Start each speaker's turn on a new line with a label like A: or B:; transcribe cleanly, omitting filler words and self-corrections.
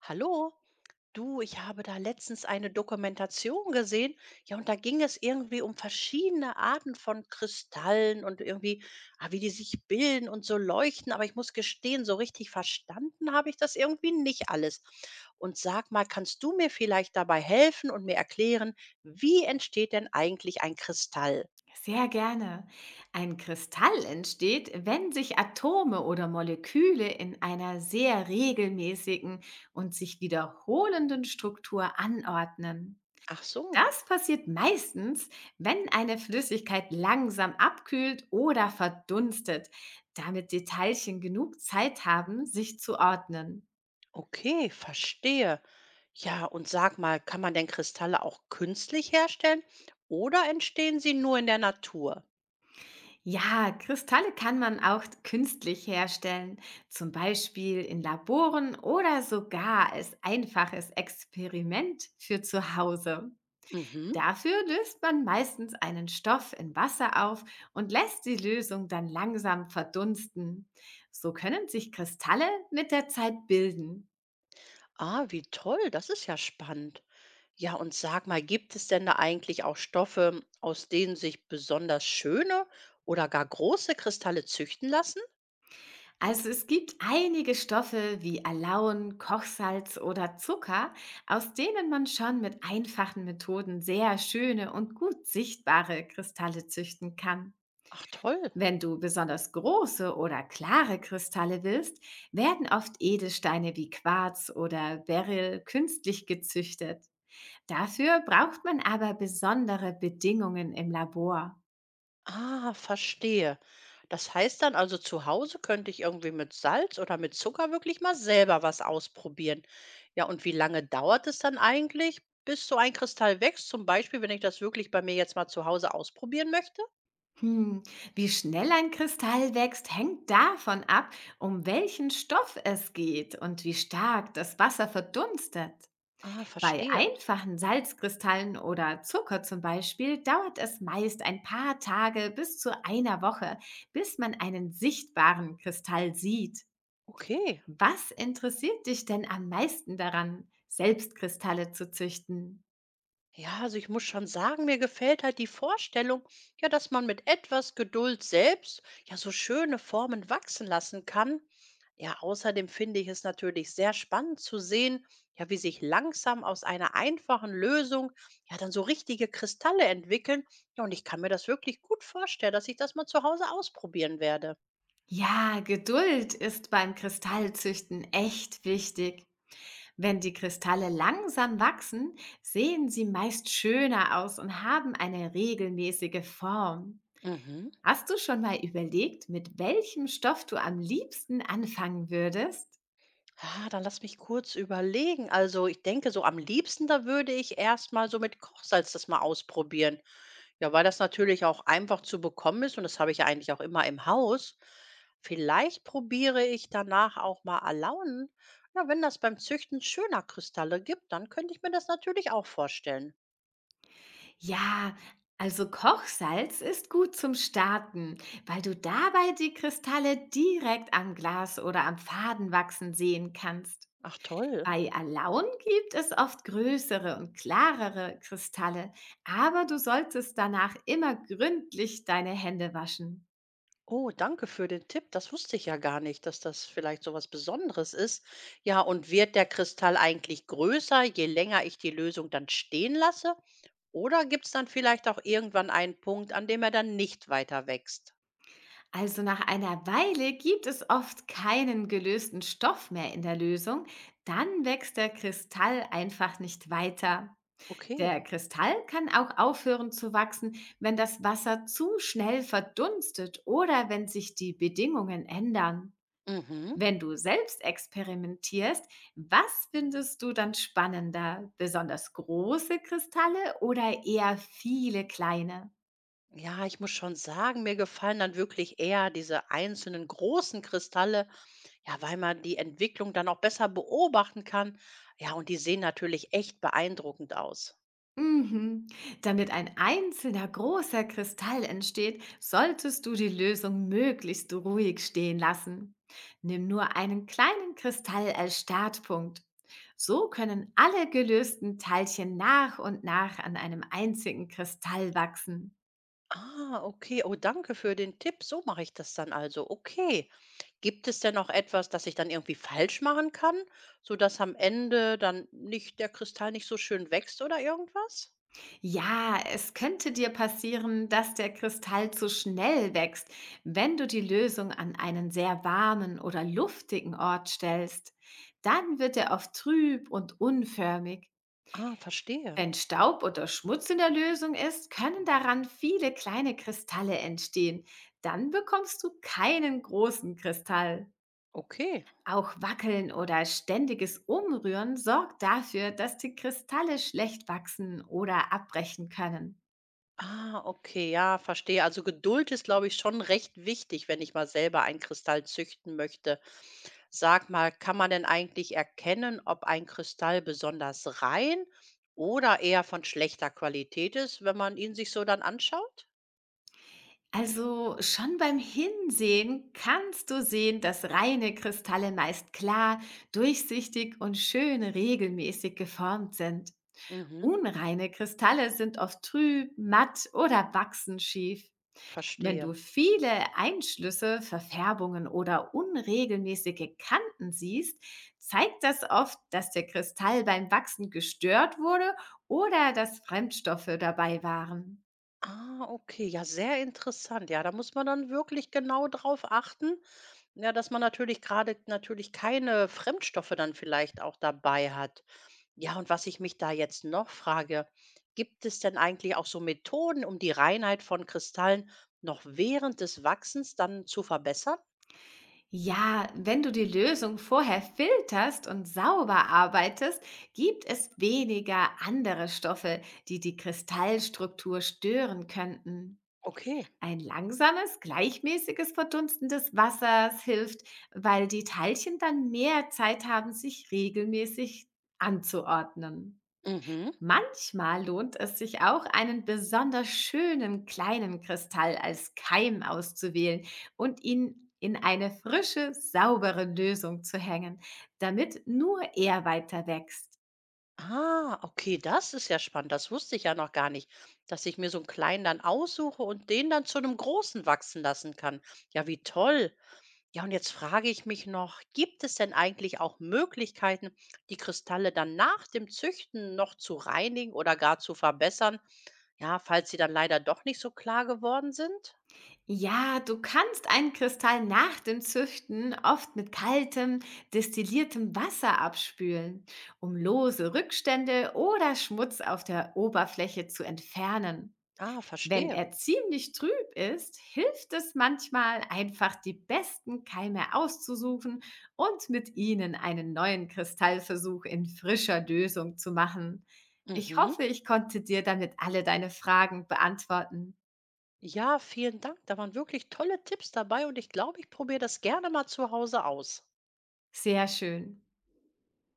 A: Hallo, du, ich habe da letztens eine Dokumentation gesehen. Ja, und da ging es irgendwie um verschiedene Arten von Kristallen und wie die sich bilden und so leuchten. Aber ich muss gestehen, so richtig verstanden habe ich das irgendwie nicht alles. Und sag mal, kannst du mir vielleicht dabei helfen und mir erklären, wie entsteht denn eigentlich ein Kristall?
B: Sehr gerne. Ein Kristall entsteht, wenn sich Atome oder Moleküle in einer sehr regelmäßigen und sich wiederholenden Struktur anordnen.
A: Ach so.
B: Das passiert meistens, wenn eine Flüssigkeit langsam abkühlt oder verdunstet, damit die Teilchen genug Zeit haben, sich zu ordnen.
A: Okay, verstehe. Ja, und sag mal, kann man denn Kristalle auch künstlich herstellen oder entstehen sie nur in der Natur?
B: Ja, Kristalle kann man auch künstlich herstellen, zum Beispiel in Laboren oder sogar als einfaches Experiment für zu Hause.
A: Mhm.
B: Dafür löst man meistens einen Stoff in Wasser auf und lässt die Lösung dann langsam verdunsten. So können sich Kristalle mit der Zeit bilden.
A: Ah, wie toll, das ist ja spannend. Ja, und sag mal, gibt es denn da eigentlich auch Stoffe, aus denen sich besonders schöne oder gar große Kristalle züchten lassen?
B: Also es gibt einige Stoffe wie Alaun, Kochsalz oder Zucker, aus denen man schon mit einfachen Methoden sehr schöne und gut sichtbare Kristalle züchten kann.
A: Ach toll.
B: Wenn du besonders große oder klare Kristalle willst, werden oft Edelsteine wie Quarz oder Beryl künstlich gezüchtet. Dafür braucht man aber besondere Bedingungen im Labor.
A: Ah, verstehe. Das heißt dann also, zu Hause könnte ich irgendwie mit Salz oder mit Zucker wirklich mal selber was ausprobieren. Ja, und wie lange dauert es dann eigentlich, bis so ein Kristall wächst? Zum Beispiel, wenn ich das wirklich bei mir jetzt mal zu Hause ausprobieren möchte?
B: Hm, Wie schnell ein Kristall wächst, hängt davon ab, um welchen Stoff es geht und wie stark das Wasser verdunstet.
A: Ah,
B: Bei
A: verstehe.
B: einfachen Salzkristallen oder Zucker zum Beispiel dauert es meist ein paar Tage bis zu einer Woche, bis man einen sichtbaren Kristall sieht.
A: Okay.
B: Was interessiert dich denn am meisten daran, selbst Kristalle zu züchten?
A: Ja, also ich muss schon sagen, mir gefällt halt die Vorstellung, ja, dass man mit etwas Geduld selbst ja so schöne Formen wachsen lassen kann. Ja, außerdem finde ich es natürlich sehr spannend zu sehen, ja, wie sich langsam aus einer einfachen Lösung ja dann so richtige Kristalle entwickeln. Ja, und ich kann mir das wirklich gut vorstellen, dass ich das mal zu Hause ausprobieren werde.
B: Ja, Geduld ist beim Kristallzüchten echt wichtig. Wenn die Kristalle langsam wachsen, sehen sie meist schöner aus und haben eine regelmäßige Form.
A: Mhm.
B: Hast du schon mal überlegt, mit welchem Stoff du am liebsten anfangen würdest?
A: Ah, dann lass mich kurz überlegen. Also ich denke, so am liebsten, da würde ich erst mal so mit Kochsalz das mal ausprobieren. Ja, weil das natürlich auch einfach zu bekommen ist und das habe ich ja eigentlich auch immer im Haus. Vielleicht probiere ich danach auch mal Alaun. Ja, wenn das beim Züchten schöner Kristalle gibt, dann könnte ich mir das natürlich auch vorstellen.
B: Ja, also Kochsalz ist gut zum Starten, weil du dabei die Kristalle direkt am Glas oder am Faden wachsen sehen kannst.
A: Ach toll.
B: Bei Alaun gibt es oft größere und klarere Kristalle, aber du solltest danach immer gründlich deine Hände waschen.
A: Oh, danke für den Tipp. Das wusste ich ja gar nicht, dass das vielleicht so was Besonderes ist. Ja, und wird der Kristall eigentlich größer, je länger ich die Lösung dann stehen lasse? Oder gibt es dann vielleicht auch irgendwann einen Punkt, an dem er dann nicht weiter wächst?
B: Also nach einer Weile gibt es oft keinen gelösten Stoff mehr in der Lösung, dann wächst der Kristall einfach nicht weiter.
A: Okay.
B: Der Kristall kann auch aufhören zu wachsen, wenn das Wasser zu schnell verdunstet oder wenn sich die Bedingungen ändern.
A: Mhm.
B: Wenn du selbst experimentierst, was findest du dann spannender? Besonders große Kristalle oder eher viele kleine?
A: Ja, ich muss schon sagen, mir gefallen dann wirklich eher diese einzelnen großen Kristalle, ja, weil man die Entwicklung dann auch besser beobachten kann. Ja, und die sehen natürlich echt beeindruckend aus.
B: Mhm. Damit ein einzelner großer Kristall entsteht, solltest du die Lösung möglichst ruhig stehen lassen. Nimm nur einen kleinen Kristall als Startpunkt. So können alle gelösten Teilchen nach und nach an einem einzigen Kristall wachsen.
A: Ah, okay. Oh, danke für den Tipp. So mache ich das dann also. Okay. Gibt es denn noch etwas, das ich dann irgendwie falsch machen kann, sodass am Ende dann nicht der Kristall nicht so schön wächst oder irgendwas?
B: Ja, es könnte dir passieren, dass der Kristall zu schnell wächst, wenn du die Lösung an einen sehr warmen oder luftigen Ort stellst. Dann wird er oft trüb und unförmig.
A: Ah, verstehe.
B: Wenn Staub oder Schmutz in der Lösung ist, können daran viele kleine Kristalle entstehen. Dann bekommst du keinen großen Kristall.
A: Okay.
B: Auch Wackeln oder ständiges Umrühren sorgt dafür, dass die Kristalle schlecht wachsen oder abbrechen können.
A: Ah, okay, ja, verstehe. Also Geduld ist, glaube ich, schon recht wichtig, wenn ich mal selber einen Kristall züchten möchte. Sag mal, kann man denn eigentlich erkennen, ob ein Kristall besonders rein oder eher von schlechter Qualität ist, wenn man ihn sich so dann anschaut?
B: Also schon beim Hinsehen kannst du sehen, dass reine Kristalle meist klar, durchsichtig und schön regelmäßig geformt sind.
A: Mhm,
B: Unreine Kristalle sind oft trüb, matt oder wachsen schief. Wenn du
A: verstehe.
B: viele Einschlüsse, Verfärbungen oder unregelmäßige Kanten siehst, zeigt das oft, dass der Kristall beim Wachsen gestört wurde oder dass Fremdstoffe dabei waren.
A: Ah, okay, ja, sehr interessant. Ja, da muss man dann wirklich genau drauf achten, ja, dass man natürlich gerade natürlich keine Fremdstoffe dann vielleicht auch dabei hat. Ja, und was ich mich da jetzt noch frage, gibt es denn eigentlich auch so Methoden, um die Reinheit von Kristallen noch während des Wachsens dann zu verbessern?
B: Ja, wenn du die Lösung vorher filterst und sauber arbeitest, gibt es weniger andere Stoffe, die die Kristallstruktur stören könnten.
A: Okay.
B: Ein langsames, gleichmäßiges Verdunsten des Wassers hilft, weil die Teilchen dann mehr Zeit haben, sich regelmäßig anzuordnen.
A: Mhm.
B: Manchmal lohnt es sich auch, einen besonders schönen kleinen Kristall als Keim auszuwählen und ihn in eine frische, saubere Lösung zu hängen, damit nur er weiter wächst.
A: Ah, okay, das ist ja spannend. Das wusste ich ja noch gar nicht, dass ich mir so einen kleinen dann aussuche und den dann zu einem großen wachsen lassen kann. Ja, wie toll. Ja, und jetzt frage ich mich noch, gibt es denn eigentlich auch Möglichkeiten, die Kristalle dann nach dem Züchten noch zu reinigen oder gar zu verbessern? Ja, falls sie dann leider doch nicht so klar geworden sind?
B: Ja, du kannst einen Kristall nach dem Züchten oft mit kaltem, destilliertem Wasser abspülen, um lose Rückstände oder Schmutz auf der Oberfläche zu entfernen.
A: Ah,
B: Wenn
A: verstehe.
B: er ziemlich trüb ist, hilft es manchmal, einfach die besten Keime auszusuchen und mit ihnen einen neuen Kristallversuch in frischer Lösung zu machen. Ich
A: Mhm.
B: hoffe, ich konnte dir damit alle deine Fragen beantworten.
A: Ja, vielen Dank. Da waren wirklich tolle Tipps dabei und ich glaube, ich probiere das gerne mal zu Hause aus.
B: Sehr schön.